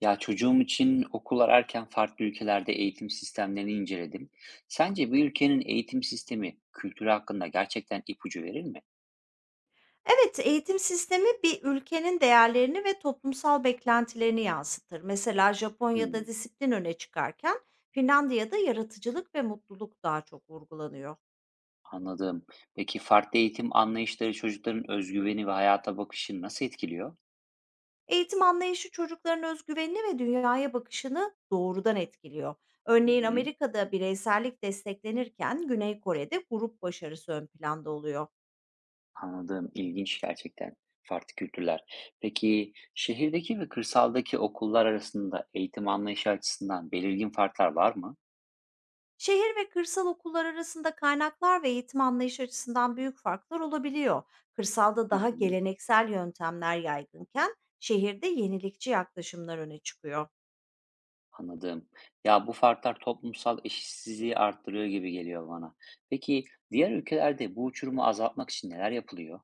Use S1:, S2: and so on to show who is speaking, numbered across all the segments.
S1: Ya çocuğum için okul ararken farklı ülkelerde eğitim sistemlerini inceledim. Sence bir ülkenin eğitim sistemi kültürü hakkında gerçekten ipucu verir mi?
S2: Evet, eğitim sistemi bir ülkenin değerlerini ve toplumsal beklentilerini yansıtır. Mesela Japonya'da
S1: Hmm,
S2: disiplin öne çıkarken Finlandiya'da yaratıcılık ve mutluluk daha çok vurgulanıyor.
S1: anladım. Peki farklı eğitim anlayışları çocukların özgüveni ve hayata bakışını nasıl etkiliyor?
S2: Eğitim anlayışı çocukların özgüvenini ve dünyaya bakışını doğrudan etkiliyor.
S1: Hı
S2: Örneğin
S1: hı,
S2: Amerika'da bireysellik desteklenirken Güney Kore'de grup başarısı ön planda oluyor.
S1: anladım. İlginç gerçekten. Farklı kültürler. Peki şehirdeki ve kırsaldaki okullar arasında eğitim anlayışı açısından belirgin farklar var mı?
S2: Şehir ve kırsal okullar arasında kaynaklar ve eğitim anlayış açısından büyük farklar olabiliyor. Kırsalda
S1: Hı
S2: daha
S1: hı.
S2: geleneksel yöntemler yaygınken şehirde yenilikçi yaklaşımlar öne çıkıyor.
S1: Anladım. Ya bu farklar toplumsal eşitsizliği arttırıyor gibi geliyor bana. Peki diğer ülkelerde bu uçurumu azaltmak için neler yapılıyor?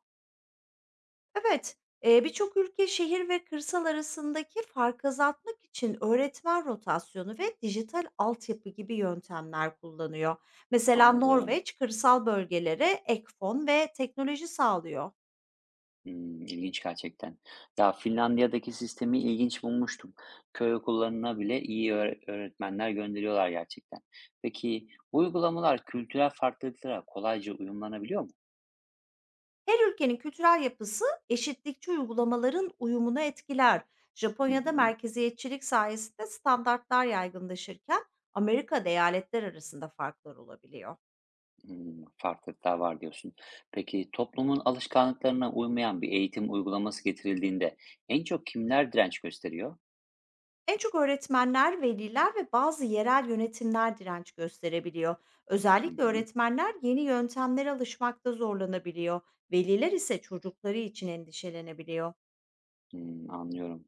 S2: Evet, birçok ülke şehir ve kırsal arasındaki farkı azaltmak için öğretmen rotasyonu ve dijital altyapı gibi yöntemler kullanıyor. Mesela
S1: Anladım.
S2: Norveç kırsal bölgelere ek fon ve teknoloji sağlıyor.
S1: Hmm, ilginç gerçekten. Ya Finlandiya'daki sistemi ilginç bulmuştum. Köy okullarına bile iyi öğretmenler gönderiyorlar gerçekten. Peki bu uygulamalar kültürel farklılıklara kolayca uyumlanabiliyor mu?
S2: Her ülkenin kültürel yapısı eşitlikçi uygulamaların uyumunu etkiler.
S1: Hı
S2: Japonya'da
S1: hı.
S2: merkeziyetçilik sayesinde standartlar yaygınlaşırken Amerika'da eyaletler arasında farklar olabiliyor.
S1: Hımm, farklılıklar var diyorsun. Peki toplumun alışkanlıklarına uymayan bir eğitim uygulaması getirildiğinde en çok kimler direnç gösteriyor?
S2: En çok öğretmenler, veliler ve bazı yerel yönetimler direnç gösterebiliyor.
S1: Hı
S2: Özellikle
S1: hı.
S2: öğretmenler yeni yöntemlere alışmakta zorlanabiliyor. Veliler ise çocukları için endişelenebiliyor.
S1: Hımm, anlıyorum.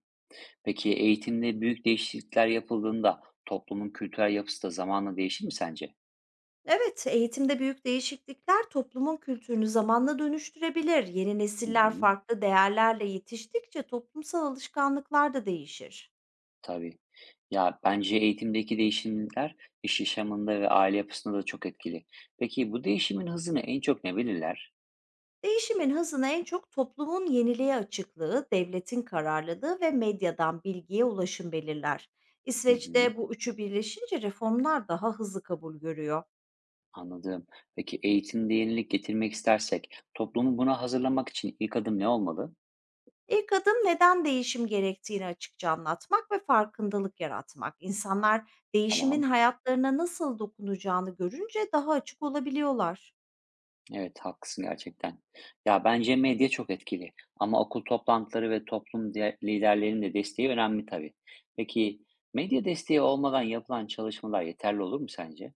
S1: Peki eğitimde büyük değişiklikler yapıldığında toplumun kültürel yapısı da zamanla değişir mi sence?
S2: Evet, eğitimde büyük değişiklikler toplumun kültürünü zamanla dönüştürebilir. Yeni
S1: Hı
S2: nesiller
S1: hı.
S2: farklı değerlerle yetiştikçe toplumsal alışkanlıklar da değişir.
S1: Tabii. Ya, bence eğitimdeki değişimler iş yaşamında ve aile yapısında da çok etkili. Peki bu değişimin hızını en çok ne belirler?
S2: Değişimin hızını en çok toplumun yeniliğe açıklığı, devletin kararlılığı ve medyadan bilgiye ulaşım belirler.
S1: Hı hı.
S2: İsveç'te bu üçü birleşince reformlar daha hızlı kabul görüyor.
S1: Anladım. Peki eğitimde yenilik getirmek istersek toplumu buna hazırlamak için ilk adım ne olmalı?
S2: İlk adım neden değişim gerektiğini açıkça anlatmak ve farkındalık yaratmak. İnsanlar değişimin
S1: Tamam.
S2: hayatlarına nasıl dokunacağını görünce daha açık olabiliyorlar.
S1: Evet, haklısın gerçekten. Ya bence medya çok etkili ama okul toplantıları ve liderlerinin de desteği önemli tabii. Peki medya desteği olmadan yapılan çalışmalar yeterli olur mu sence?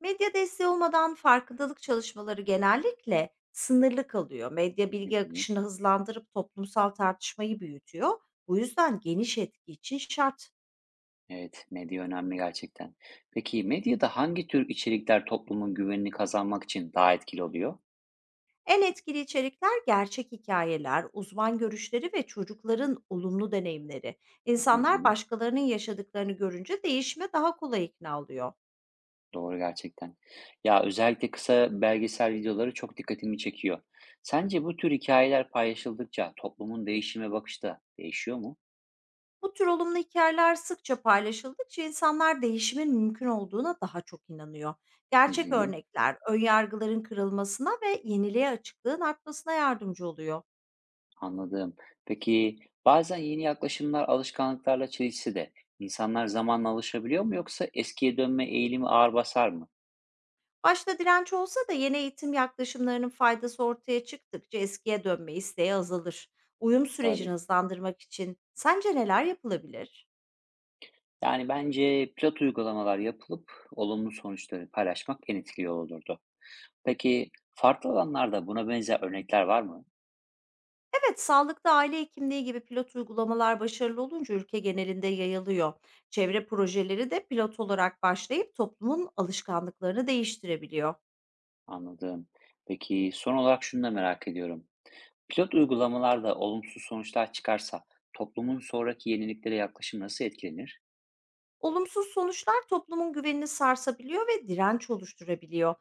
S2: Medya desteği olmadan farkındalık çalışmaları genellikle sınırlı kalıyor. Medya
S1: Hı
S2: bilgi
S1: hı.
S2: akışını hızlandırıp toplumsal tartışmayı büyütüyor. Bu yüzden geniş etki için şart.
S1: Evet, medya önemli gerçekten. Peki medyada hangi tür içerikler toplumun güvenini kazanmak için daha etkili oluyor?
S2: En etkili içerikler gerçek hikayeler, uzman görüşleri ve çocukların olumlu deneyimleri.
S1: Hı
S2: İnsanlar
S1: hı.
S2: başkalarının yaşadıklarını görünce değişime daha kolay ikna oluyor.
S1: Doğru gerçekten. Ya özellikle kısa belgesel videoları çok dikkatimi çekiyor. Sence bu tür hikayeler paylaşıldıkça toplumun değişime bakışı da değişiyor mu?
S2: Bu tür olumlu hikayeler sıkça paylaşıldıkça insanlar değişimin mümkün olduğuna daha çok inanıyor.
S1: Hı
S2: Gerçek
S1: hı.
S2: örnekler, önyargıların kırılmasına ve yeniliğe açıklığın artmasına yardımcı oluyor.
S1: Anladım. Peki bazen yeni yaklaşımlar alışkanlıklarla çelişse de insanlar zamanla alışabiliyor mu yoksa eskiye dönme eğilimi ağır basar mı?
S2: Başta direnç olsa da yeni eğitim yaklaşımlarının faydası ortaya çıktıkça eskiye dönme isteği azalır. Uyum sürecini
S1: Tabii.
S2: hızlandırmak için sence neler yapılabilir?
S1: Yani bence pilot uygulamalar yapılıp olumlu sonuçları paylaşmak en etkili yol olurdu. Peki farklı alanlarda buna benzer örnekler var mı?
S2: Evet, sağlıkta aile hekimliği gibi pilot uygulamalar başarılı olunca ülke genelinde yayılıyor. Çevre projeleri de pilot olarak başlayıp toplumun alışkanlıklarını değiştirebiliyor.
S1: Anladım. Peki son olarak şunu da merak ediyorum. Pilot uygulamalarda olumsuz sonuçlar çıkarsa toplumun sonraki yeniliklere yaklaşım nasıl etkilenir?
S2: Olumsuz sonuçlar toplumun güvenini sarsabiliyor ve direnç oluşturabiliyor.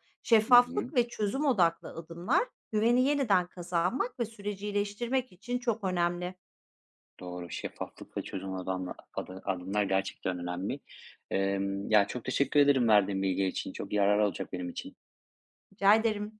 S1: Hı hı.
S2: Şeffaflık ve çözüm odaklı adımlar güveni yeniden kazanmak ve süreci iyileştirmek için çok önemli.
S1: Doğru. Şeffaflık ve çözüm adımlar gerçekten önemli. Ya çok teşekkür ederim verdiğin bilgi için. Çok yarar olacak benim için.
S2: Rica ederim.